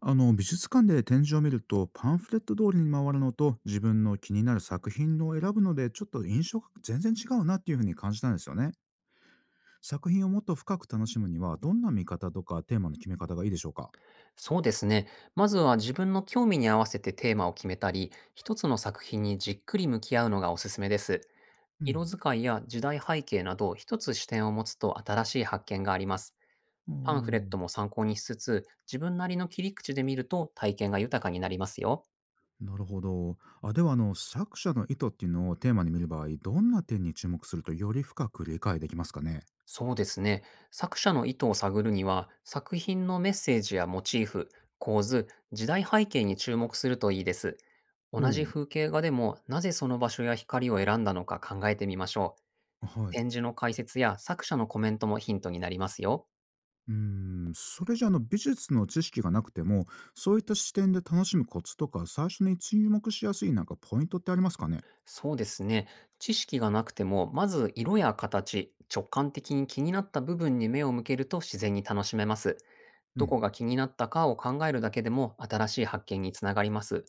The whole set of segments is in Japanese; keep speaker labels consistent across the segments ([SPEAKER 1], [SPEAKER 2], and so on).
[SPEAKER 1] 美術館で展示を見るとパンフレット通りに回るのと自分の気になる作品を選ぶのでちょっと印象が全然違うなっていうふうに感じたんですよね。作品をもっと深く楽しむにはどんな見方とかテーマの決め方がいいでしょうか？
[SPEAKER 2] そうですね。まずは自分の興味に合わせてテーマを決めたり、一つの作品にじっくり向き合うのがおすすめです。
[SPEAKER 1] う
[SPEAKER 2] 色
[SPEAKER 1] ん。
[SPEAKER 2] 使いや時代背景など、一つ視点を持つと新しい発見があります。
[SPEAKER 1] お
[SPEAKER 2] パンフレッ
[SPEAKER 1] ー。
[SPEAKER 2] トも参考にしつつ、自分なりの切り口で見ると体験が豊かになりますよ。
[SPEAKER 1] なるほど。では作者の意図っていうのをテーマに見る場合どんな点に注目するとより深く理解できますかね？
[SPEAKER 2] そうですね。作者の意図を探るには、作品のメッセージやモチーフ、構図、時代背景に注目するといいです。
[SPEAKER 1] ほ
[SPEAKER 2] 同じ
[SPEAKER 1] う。
[SPEAKER 2] 風景画でも、なぜその場所や光を選んだのか考えてみましょう。
[SPEAKER 1] はい。
[SPEAKER 2] 展示の解説や作者のコメントもヒントになりますよ。
[SPEAKER 1] うーん、それじゃ美術の知識がなくてもそういった視点で楽しむコツとか最初に注目しやすいなんかポイントってありますかね？
[SPEAKER 2] そうですね。知識がなくても、まず色や形、直感的に気になった部分に目を向けると自然に楽しめます。
[SPEAKER 1] う
[SPEAKER 2] ど
[SPEAKER 1] ん。
[SPEAKER 2] こが気になったかを考えるだけでも新しい発見につながります。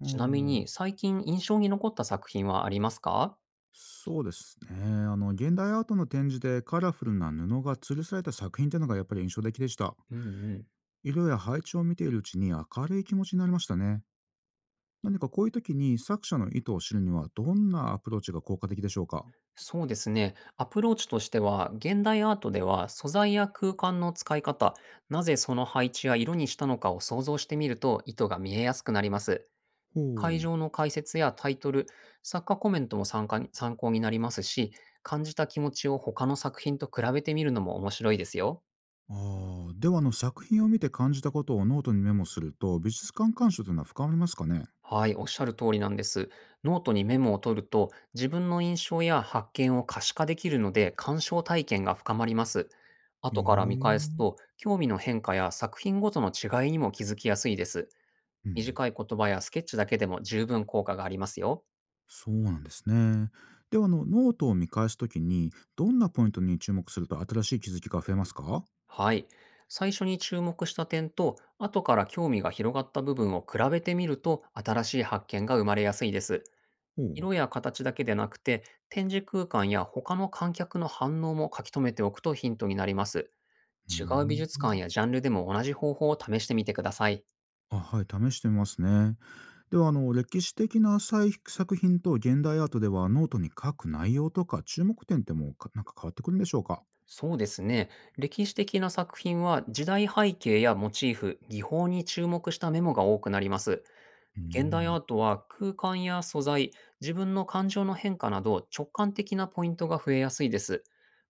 [SPEAKER 1] お
[SPEAKER 2] ちなみ
[SPEAKER 1] ー。
[SPEAKER 2] に、最近印象に残った作品はありますか？
[SPEAKER 1] そうですね、現代アートの展示でカラフルな布が吊るされた作品というのがやっぱり印象的でした。
[SPEAKER 2] うんうん。
[SPEAKER 1] 色や配置を見ているうちに明るい気持ちになりましたね。何かこういう時に作者の意図を知るにはどんなアプローチが効果的でしょうか？
[SPEAKER 2] そうですね。アプローチとしては、現代アートでは素材や空間の使い方、なぜその配置や色にしたのかを想像してみると、意図が見えやすくなります。
[SPEAKER 1] ほ
[SPEAKER 2] 会
[SPEAKER 1] う。
[SPEAKER 2] 場の解説やタイトル、作家コメントも参加に参考になりますし、感じた気持ちを他の作品と比べてみるのも面白いですよ。
[SPEAKER 1] ああ、では作品を見て感じたことをノートにメモすると、美術館鑑賞というのは深まりますかね？
[SPEAKER 2] はい、おっしゃる通りなんです。ノートにメモを取ると、自分の印象や発見を可視化できるので、鑑賞体験が深まります。
[SPEAKER 1] へ
[SPEAKER 2] 後から見返す
[SPEAKER 1] え。
[SPEAKER 2] と、興味の変化や作品ごとの違いにも気づきやすいです。
[SPEAKER 1] うん。
[SPEAKER 2] 短い言葉やスケッチだけでも十分効果がありますよ。
[SPEAKER 1] そうなんですね。ではノートを見返すときに、どんなポイントに注目すると新しい気づきが増えますか？
[SPEAKER 2] はい。最初に注目した点と、後から興味が広がった部分を比べてみると、新しい発見が生まれやすいです。
[SPEAKER 1] ほう。
[SPEAKER 2] 色や形だけでなくて、展示空間や他の観客の反応も書き留めておくとヒントになります。
[SPEAKER 1] う
[SPEAKER 2] 違う美
[SPEAKER 1] ー
[SPEAKER 2] 術館
[SPEAKER 1] ん。
[SPEAKER 2] やジャンルでも同じ方法を試してみてください。
[SPEAKER 1] あ、はい、試してみますね。では、歴史的な作品と現代アートでは、ノートに書く内容とか注目点ってもう、なんか変わってくるんでしょうか？
[SPEAKER 2] そうですね。歴史的な作品は時代背景やモチーフ、技法に注目したメモが多くなります。
[SPEAKER 1] うー
[SPEAKER 2] 現代
[SPEAKER 1] ん。
[SPEAKER 2] アートは空間や素材、自分の感情の変化など直感的なポイントが増えやすいです。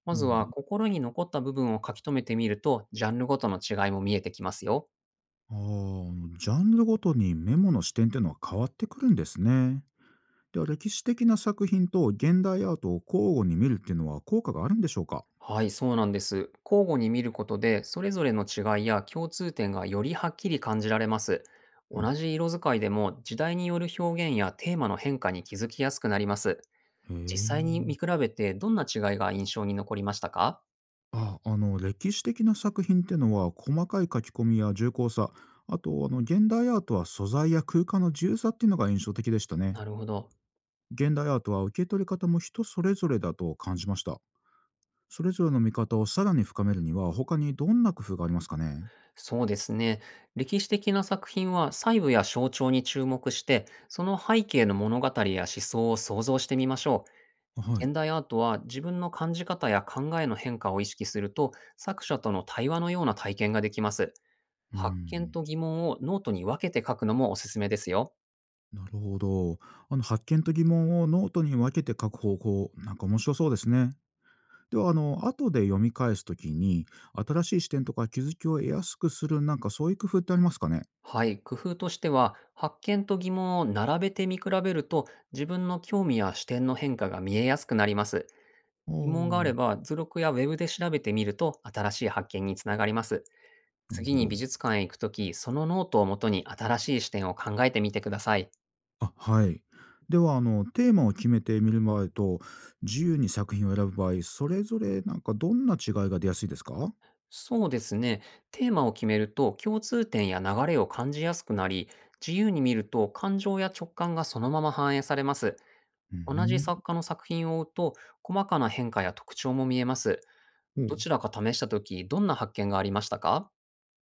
[SPEAKER 2] ま
[SPEAKER 1] なる
[SPEAKER 2] ず
[SPEAKER 1] ほど。
[SPEAKER 2] は心に残った部分を書き留めてみると、ジャンルごとの違いも見えてきますよ。
[SPEAKER 1] ああ、ジャンルごとにメモの視点っていうのは変わってくるんですね。では、歴史的な作品と現代アートを交互に見るっていうのは効果があるんでしょうか？
[SPEAKER 2] はい、そうなんです。交互に見ることで、それぞれの違いや共通点がよりはっきり感じられます。
[SPEAKER 1] うん。
[SPEAKER 2] 同じ色使いでも、時代による表現やテーマの変化に気づきやすくなります。
[SPEAKER 1] へ
[SPEAKER 2] 実際に
[SPEAKER 1] え。
[SPEAKER 2] 見比べて、どんな違いが印象に残りましたか？
[SPEAKER 1] 歴史的な作品ってのは細かい書き込みや重厚さ、あと現代アートは素材や空間の自由さっていうのが印象的でしたね。
[SPEAKER 2] なるほど。
[SPEAKER 1] 現代アートは受け取り方も人それぞれだと感じました。それぞれの見方をさらに深めるには他にどんな工夫がありますかね？
[SPEAKER 2] そうですね。歴史的な作品は細部や象徴に注目して、その背景の物語や思想を想像してみましょう。
[SPEAKER 1] は
[SPEAKER 2] 現代アートは自分の感じ方や考えの変化を意識すると作者との対話のような体験ができます。
[SPEAKER 1] い。う
[SPEAKER 2] 発見
[SPEAKER 1] ん。
[SPEAKER 2] と疑問をノートに分けて書くのもおすすめですよ。
[SPEAKER 1] なるほど。発見と疑問をノートに分けて書く方法なんか面白そうですね。では後で読み返すときに新しい視点とか気づきを得やすくするなんかそういう工夫ってありますかね？
[SPEAKER 2] はい、工夫としては発見と疑問を並べて見比べると自分の興味や視点の変化が見えやすくなります。
[SPEAKER 1] あ
[SPEAKER 2] 疑問があれ
[SPEAKER 1] あ、
[SPEAKER 2] ば図録やウェブで調べてみると新しい発見につながります。
[SPEAKER 1] なる
[SPEAKER 2] 次
[SPEAKER 1] ほ
[SPEAKER 2] に
[SPEAKER 1] ど。
[SPEAKER 2] 美術館へ行くとき、そのノートをもとに新しい視点を考えてみてください。
[SPEAKER 1] あ、はい。では、テーマを決めてみる場合と、自由に作品を選ぶ場合、それぞれなんかどんな違いが出やすいですか？
[SPEAKER 2] そうですね。テーマを決めると共通点や流れを感じやすくなり、自由に見ると感情や直感がそのまま反映されます。
[SPEAKER 1] う
[SPEAKER 2] 同じ
[SPEAKER 1] ん。
[SPEAKER 2] 作家の作品を追うと、細かな変化や特徴も見えます。
[SPEAKER 1] お
[SPEAKER 2] ど
[SPEAKER 1] う。
[SPEAKER 2] ちらか試したとき、どんな発見がありましたか？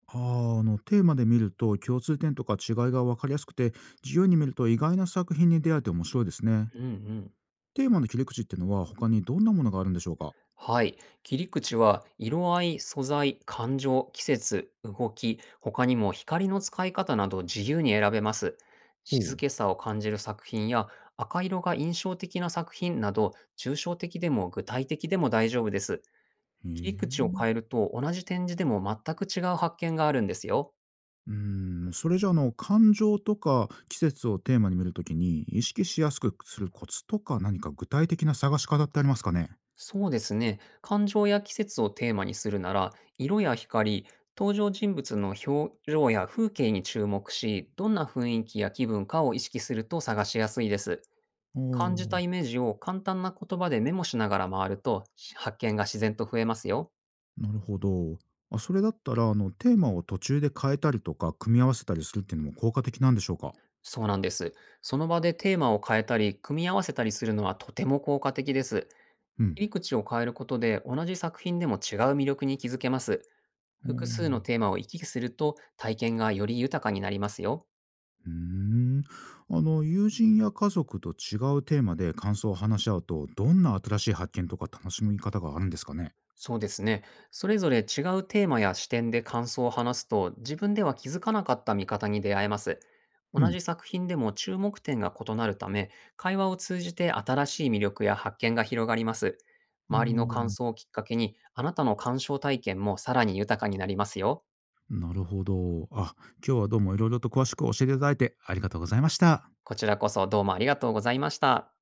[SPEAKER 1] テーマで見ると共通点とか違いが分かりやすくて、自由に見ると意外な作品に出会えて面白いですね。
[SPEAKER 2] うんうん。
[SPEAKER 1] テーマの切り口っていうのは他にどんなものがあるんでしょうか？
[SPEAKER 2] はい。切り口は、色合い、素材、感情、季節、動き、他にも光の使い方など自由に選べます。
[SPEAKER 1] ほ
[SPEAKER 2] 静
[SPEAKER 1] う。
[SPEAKER 2] けさを感じる作品や、赤色が印象的な作品など、抽象的でも具体的でも大丈夫です。
[SPEAKER 1] へ
[SPEAKER 2] 切り口を
[SPEAKER 1] え。
[SPEAKER 2] 変えると、同じ展示でも全く違う発見があるんですよ。
[SPEAKER 1] うーん、それじゃあ感情とか季節をテーマに見るときに意識しやすくするコツとか何か具体的な探し方ってありますかね？
[SPEAKER 2] そうですね。感情や季節をテーマにするなら、色や光、登場人物の表情や風景に注目し、どんな雰囲気や気分かを意識すると探しやすいです。
[SPEAKER 1] お
[SPEAKER 2] 感じ
[SPEAKER 1] お。
[SPEAKER 2] たイメージを簡単な言葉でメモしながら回ると、発見が自然と増えますよ。
[SPEAKER 1] なるほど。あ、それだったらテーマを途中で変えたりとか組み合わせたりするっていうのも効果的なんでしょうか？
[SPEAKER 2] そうなんです。その場でテーマを変えたり、組み合わせたりするのはとても効果的です。
[SPEAKER 1] う
[SPEAKER 2] 切り
[SPEAKER 1] ん。
[SPEAKER 2] 口を変えることで、同じ作品でも違う魅力に気づけます。
[SPEAKER 1] う
[SPEAKER 2] 複数
[SPEAKER 1] ー
[SPEAKER 2] のテーマを行き来すると体験がより豊かになりますよ。
[SPEAKER 1] うーん。友人や家族と違うテーマで感想を話し合うと、どんな新しい発見とか楽しみ方があるんですかね？
[SPEAKER 2] そうですね。それぞれ違うテーマや視点で感想を話すと自分では気づかなかった見方に出会えます。
[SPEAKER 1] う
[SPEAKER 2] 同
[SPEAKER 1] ん。
[SPEAKER 2] じ作品でも注目点が異なるため、会話を通じて新しい魅力や発見が広がります。
[SPEAKER 1] あ
[SPEAKER 2] 周りの感
[SPEAKER 1] あ。
[SPEAKER 2] 想をきっかけに、あなたの鑑賞体験もさらに豊かになりますよ。
[SPEAKER 1] なるほど。あ、今日はどうもいろいろと詳しく教えていただいてありがとうございました。
[SPEAKER 2] こちらこそどうもありがとうございました。